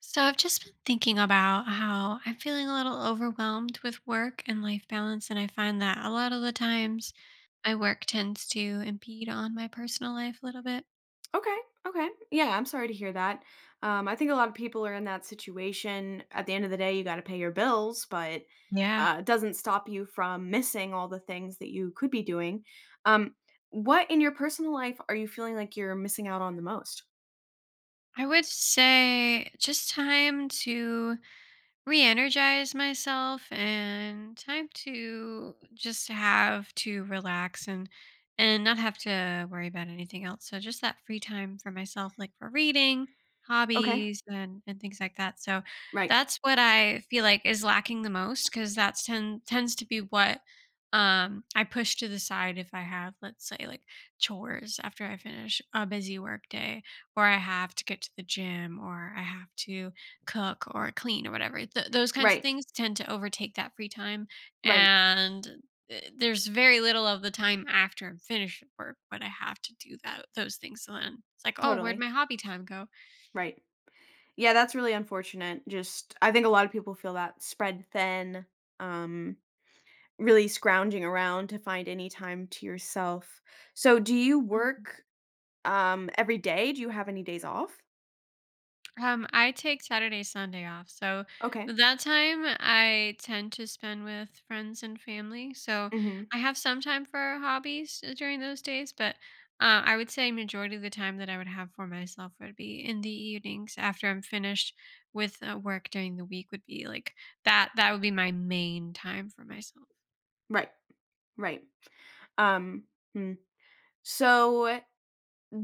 So I've just been thinking about how I'm feeling a little overwhelmed with work and life balance, and I find that a lot of the times my work tends to impede on my personal life a little bit. Okay. Okay. Yeah, I'm sorry to hear that. I think a lot of people are in that situation. At the end of the day, you got to pay your bills, but Yeah. it doesn't stop you from missing all the things that you could be doing. Um, what in your personal life are you feeling like you're missing out on the most? I would say just time to re-energize myself and time to just have to relax, and not have to worry about anything else, so just that free time for myself, like for reading, Okay. hobbies, and things like that. So Right. that's what I feel like is lacking the most, because that's tends to be what I push to the side if I have, let's say, like, chores after I finish a busy work day, or I have to get to the gym, or I have to cook or clean or whatever. Those kinds of Right. things tend to overtake that free time, Right. and there's very little of the time after I'm finished with work. But I have to do that those things. So then it's like, oh, where'd my Totally. hobby time go? Right. Yeah, that's really unfortunate. I think a lot of people feel that spread thin, um, really scrounging around to find any time to yourself. So, do you work every day? Do you have any days off? I take Saturday, Sunday off. So Okay. that time I tend to spend with friends and family. So Mhm. I have some time for hobbies during those days, but I would say majority of the time that I would have for myself would be in the evenings after I'm finished with work during the week would be like that. That would be my main time for myself. Right. Right. Um, hmm. So,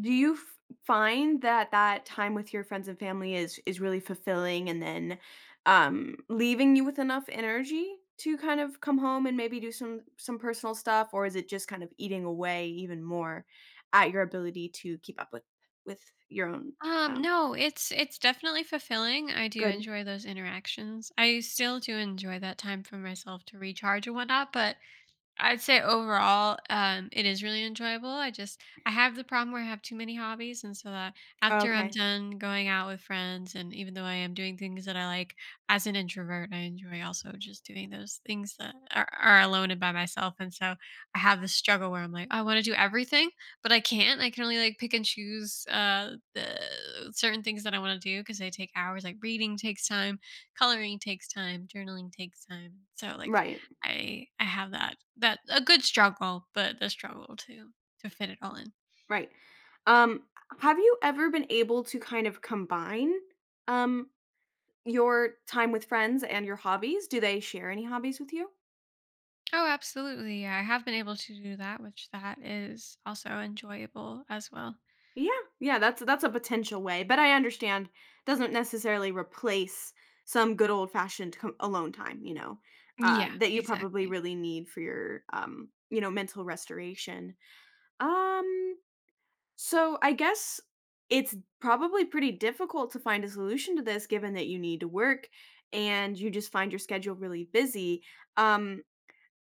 do you f find that that time with your friends and family is really fulfilling and then, leaving you with enough energy to kind of come home and maybe do some personal stuff, or is it just kind of eating away even more at your ability to keep up with your own, um No, it's definitely fulfilling. I do Good. enjoy those interactions. I still do enjoy that time for myself to recharge and whatnot, but I'd say overall, it is really enjoyable. I have the problem where I have too many hobbies, and so that after I'm Okay. done going out with friends, and even though I am doing things that I like as an introvert, I enjoy also just doing those things that are alone and by myself. And so I have this struggle where I'm like, I want to do everything, but I can't. I can only, like, pick and choose the certain things that I want to do because they take hours. Like, reading takes time, coloring takes time, journaling takes time. So, like, Right. I have that a good struggle, but the struggle to fit it all in. Right. Um, have you ever been able to kind of combine, um, your time with friends and your hobbies? Do they share any hobbies with you? Oh, absolutely. Yeah, I have been able to do that, which that is also enjoyable as well. Yeah, yeah, that's a potential way, but I understand doesn't necessarily replace some good old fashioned alone time, you know, Yeah, that you probably exactly. really need for your, you know, mental restoration. Um, So I guess it's probably pretty difficult to find a solution to this given that you need to work and you just find your schedule really busy. Um,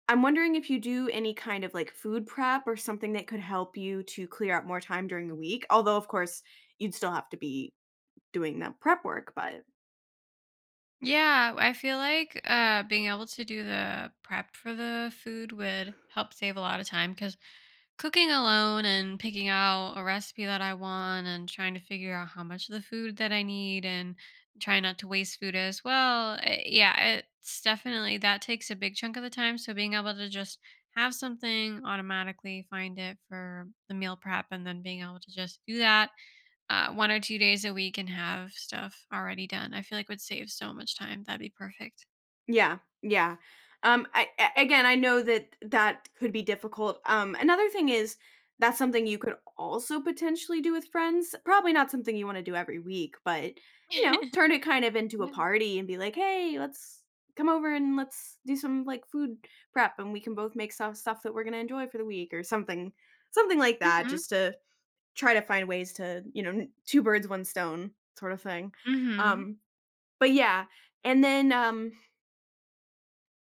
I'm wondering if you do any kind of like food prep or something that could help you to clear out more time during the week. Although, of course, you'd still have to be doing that prep work, but Yeah, I feel like being able to do the prep for the food would help save a lot of time, because cooking alone and picking out a recipe that I want and trying to figure out how much of the food that I need and trying not to waste food as well. Yeah, it's definitely that takes a big chunk of the time. So being able to just have something automatically find it for the meal prep, and then being able to just do that 1 or 2 days a week and have stuff already done, I feel like would save so much time. That'd be perfect. yeah, yeah. I a again, I know that that could be difficult. Another thing is that's something you could also potentially do with friends. Probably not something you wanna do every week, but, you know, turn it kind of into a Yeah. party and be like, "Hey, let's come over and let's do some, like, food prep, and we can both make some stuff that we're gonna enjoy for the week," or something like that, hmm just to try to find ways to, you know, n 2 birds, 1 stone sort of thing. hmm Um, but yeah, and then,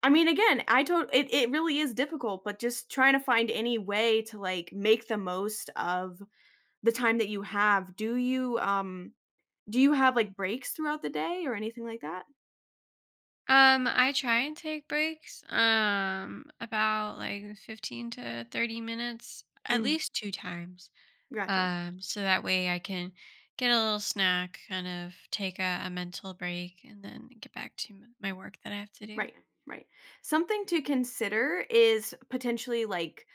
I mean, again, I told it really is difficult, but just trying to find any way to, like, make the most of the time that you have. Do you have, like, breaks throughout the day or anything like that? I try and take breaks, about like 15 to 30 minutes, at Mm, least two times. gotcha. So that way I can get a little snack, kind of take a mental break, and then get back to my work that I have to do. Right, right. Something to consider is potentially, like,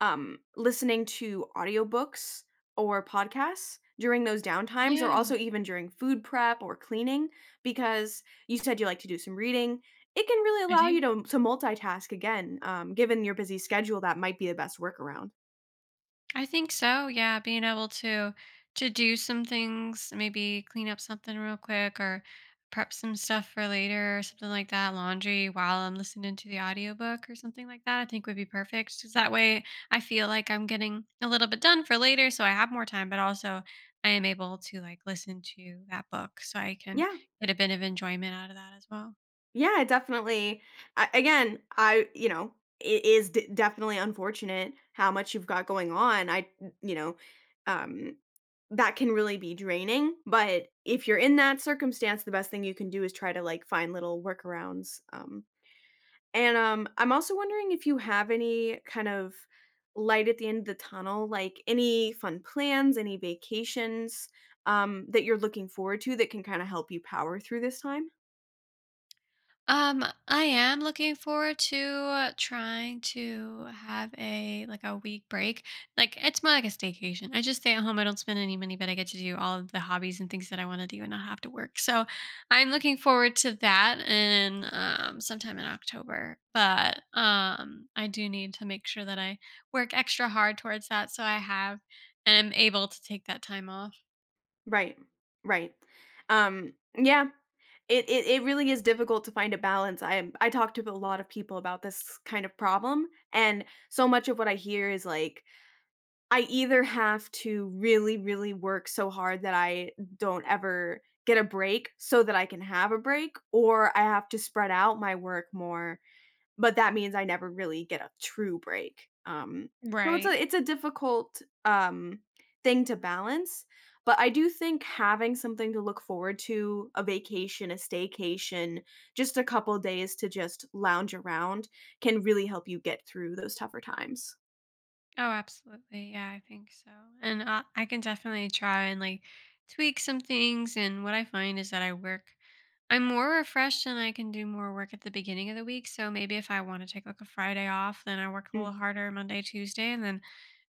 listening to audiobooks or podcasts during those downtimes or Yeah, also even during food prep or cleaning because you said you like to do some reading. It can really I allow you do. to multitask again. Given your busy schedule, that might be the best workaround. I think so. Yeah, being able to do some things, maybe clean up something real quick or prep some stuff for later or something like that, laundry while I'm listening to the audiobook or something like that, I think would be perfect. Cuz that way I feel like I'm getting a little bit done for later so I have more time, but also I am able to, like, listen to that book so I can Yeah. get a bit of enjoyment out of that as well. Yeah, definitely. You know, it is definitely unfortunate how much you've got going on. You know, um, that can really be draining. But if you're in that circumstance, the best thing you can do is try to like find little workarounds. I'm also wondering if you have any kind of light at the end of the tunnel, like any fun plans, any vacations, that you're looking forward to that can kinda help you power through this time? I am looking forward to trying to have a, like, a week break. Like, it's more like a staycation. I just stay at home. I don't spend any money, but I get to do all of the hobbies and things that I want to do and not have to work. So I'm looking forward to that, and sometime in October. But I do need to make sure that I work extra hard towards that, so I have and am able to take that time off. Right. Right. Yeah, it really is difficult to find a balance. I talk to a lot of people about this kind of problem, and so much of what I hear is like, I either have to really work so hard that I don't ever get a break so that I can have a break, or I have to spread out my work more but that means I never really get a true break. So it's a Right. it's a difficult, thing to balance, but I do think having something to look forward to, a vacation, a staycation, just a couple days to just lounge around can really help you get through those tougher times. Oh, absolutely. Yeah, I think so. And I can definitely try and, like, tweak some things. And what I find is that I work, I'm more refreshed and I can do more work at the beginning of the week. So maybe if I want to take like a Friday off, then I work a little Mm, harder Monday, Tuesday, and then,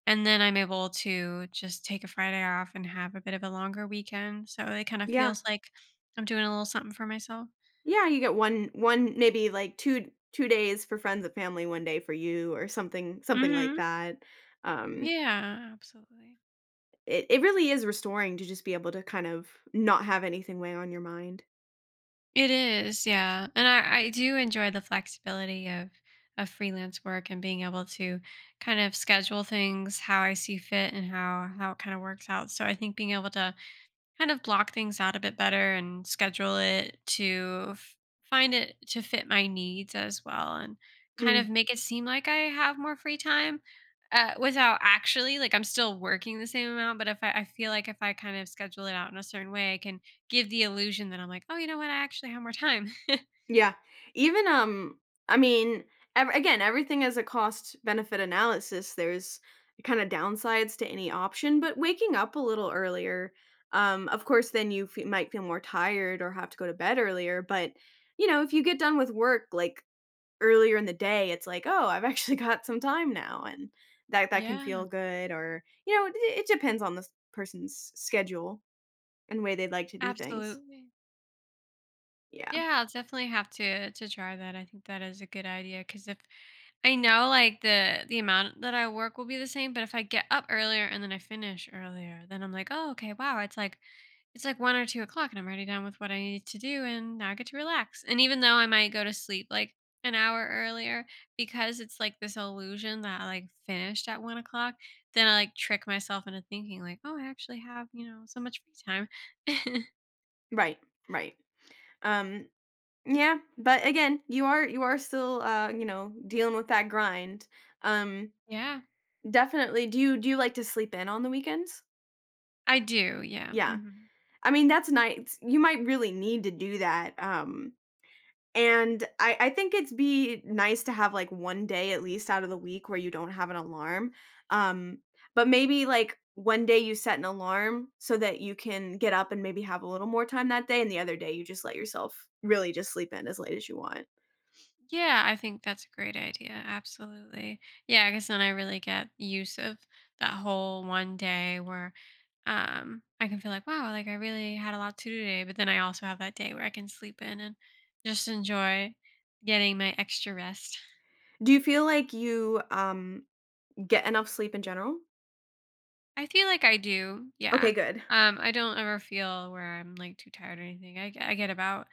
and then I'm able to just take a Friday off and have a bit of a longer weekend. So it kind of yeah. feels like I'm doing a little something for myself. Yeah, you get 1 1 maybe, like, 2 2 days for friends and family, 1 day for you or something like Mm-hmm. that. Um Yeah, absolutely. it really is restoring to just be able to kind of not have anything weigh on your mind. It is, yeah. And I do enjoy the flexibility of freelance work and being able to kind of schedule things how I see fit and how it kind of works out. So I think being able to kind of block things out a bit better and schedule it to find it to fit my needs as well, and kind of make it seem like I have more free time without actually, like, I'm still working the same amount. But if I feel like if I kind of schedule it out in a certain way, I can give the illusion that I'm like, oh, you know what? I actually have more time. Yeah. Even I mean, again, everything is a cost benefit analysis. There's kind of downsides to any option, but waking up a little earlier, of course then you fe might feel more tired or have to go to bed earlier, but you know, if you get done with work like earlier in the day, it's like, "Oh, I've actually got some time now." And that can Yeah. feel good or you know, it depends on the person's schedule and way they'd like to do things. Absolutely. Yeah. Yeah, I'll definitely have to try that. I think that is a good idea, because if I know, like, the amount that I work will be the same, but if I get up earlier and then I finish earlier, then I'm like, oh, okay, wow, it's like 1 or 2 o'clock and I'm already done with what I need to do, and now I get to relax. And even though I might go to sleep like an hour earlier, because it's like this illusion that I like finished at 1 o'clock, then I like trick myself into thinking like, oh, I actually have so much free time. Right. Right. Um Yeah, but again, you are still you know, dealing with that grind. Um Yeah. definitely do you like to sleep in on the weekends? I do, yeah. Yeah. Hmm. I mean, that's nice. You might really need to do that. And I think it's be nice to have, like, 1 day at least out of the week where you don't have an alarm, um, but maybe, like, one day you set an alarm so that you can get up and maybe have a little more time that day, and the other day you just let yourself really just sleep in as late as you want. Yeah, I think that's a great idea. Absolutely. Yeah, because then I really get use of that whole one day where I can feel like, wow, like I really had a lot to do today. But then I also have that day where I can sleep in and just enjoy getting my extra rest. Do you feel like you, get enough sleep in general? I feel like I do. Okay, Yeah. good. I don't ever feel where I'm like too tired or anything. I get about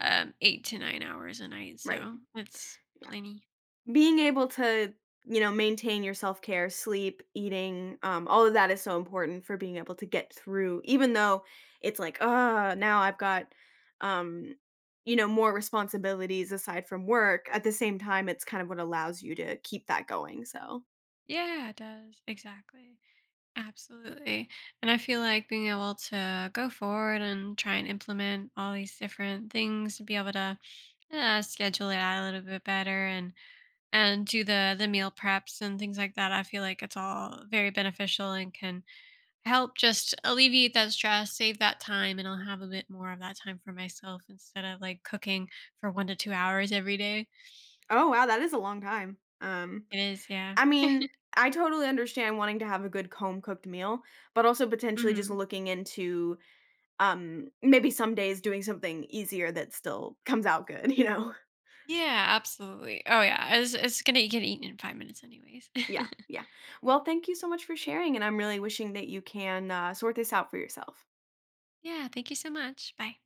8 to 9 hours a night, Right. so it's Yeah. plenty. Being able to, you know, maintain your self-care, sleep, eating, all of that is so important for being able to get through, even though it's like, ah, now I've got, um you know, more responsibilities aside from work. At the same time, it's kind of what allows you to keep that going, so Yeah, it does. Exactly. Absolutely. And I feel like being able to go forward and try and implement all these different things to be able to schedule it out a little bit better, and do the meal preps and things like that. I feel like it's all very beneficial and can help just alleviate that stress, save that time, and I'll have a bit more of that time for myself instead of like cooking for 1 to 2 hours every day. oh, wow, that is a long time. It is, yeah. I mean, I totally understand wanting to have a good home cooked meal, but also potentially just Hmm. looking into, maybe some days doing something easier that still comes out good, you know? Yeah, absolutely. Oh yeah, it's gonna get eaten in 5 minutes anyways. Yeah, yeah. Well, thank you so much for sharing, and I'm really wishing that you can, sort this out for yourself. Yeah, thank you so much. Bye.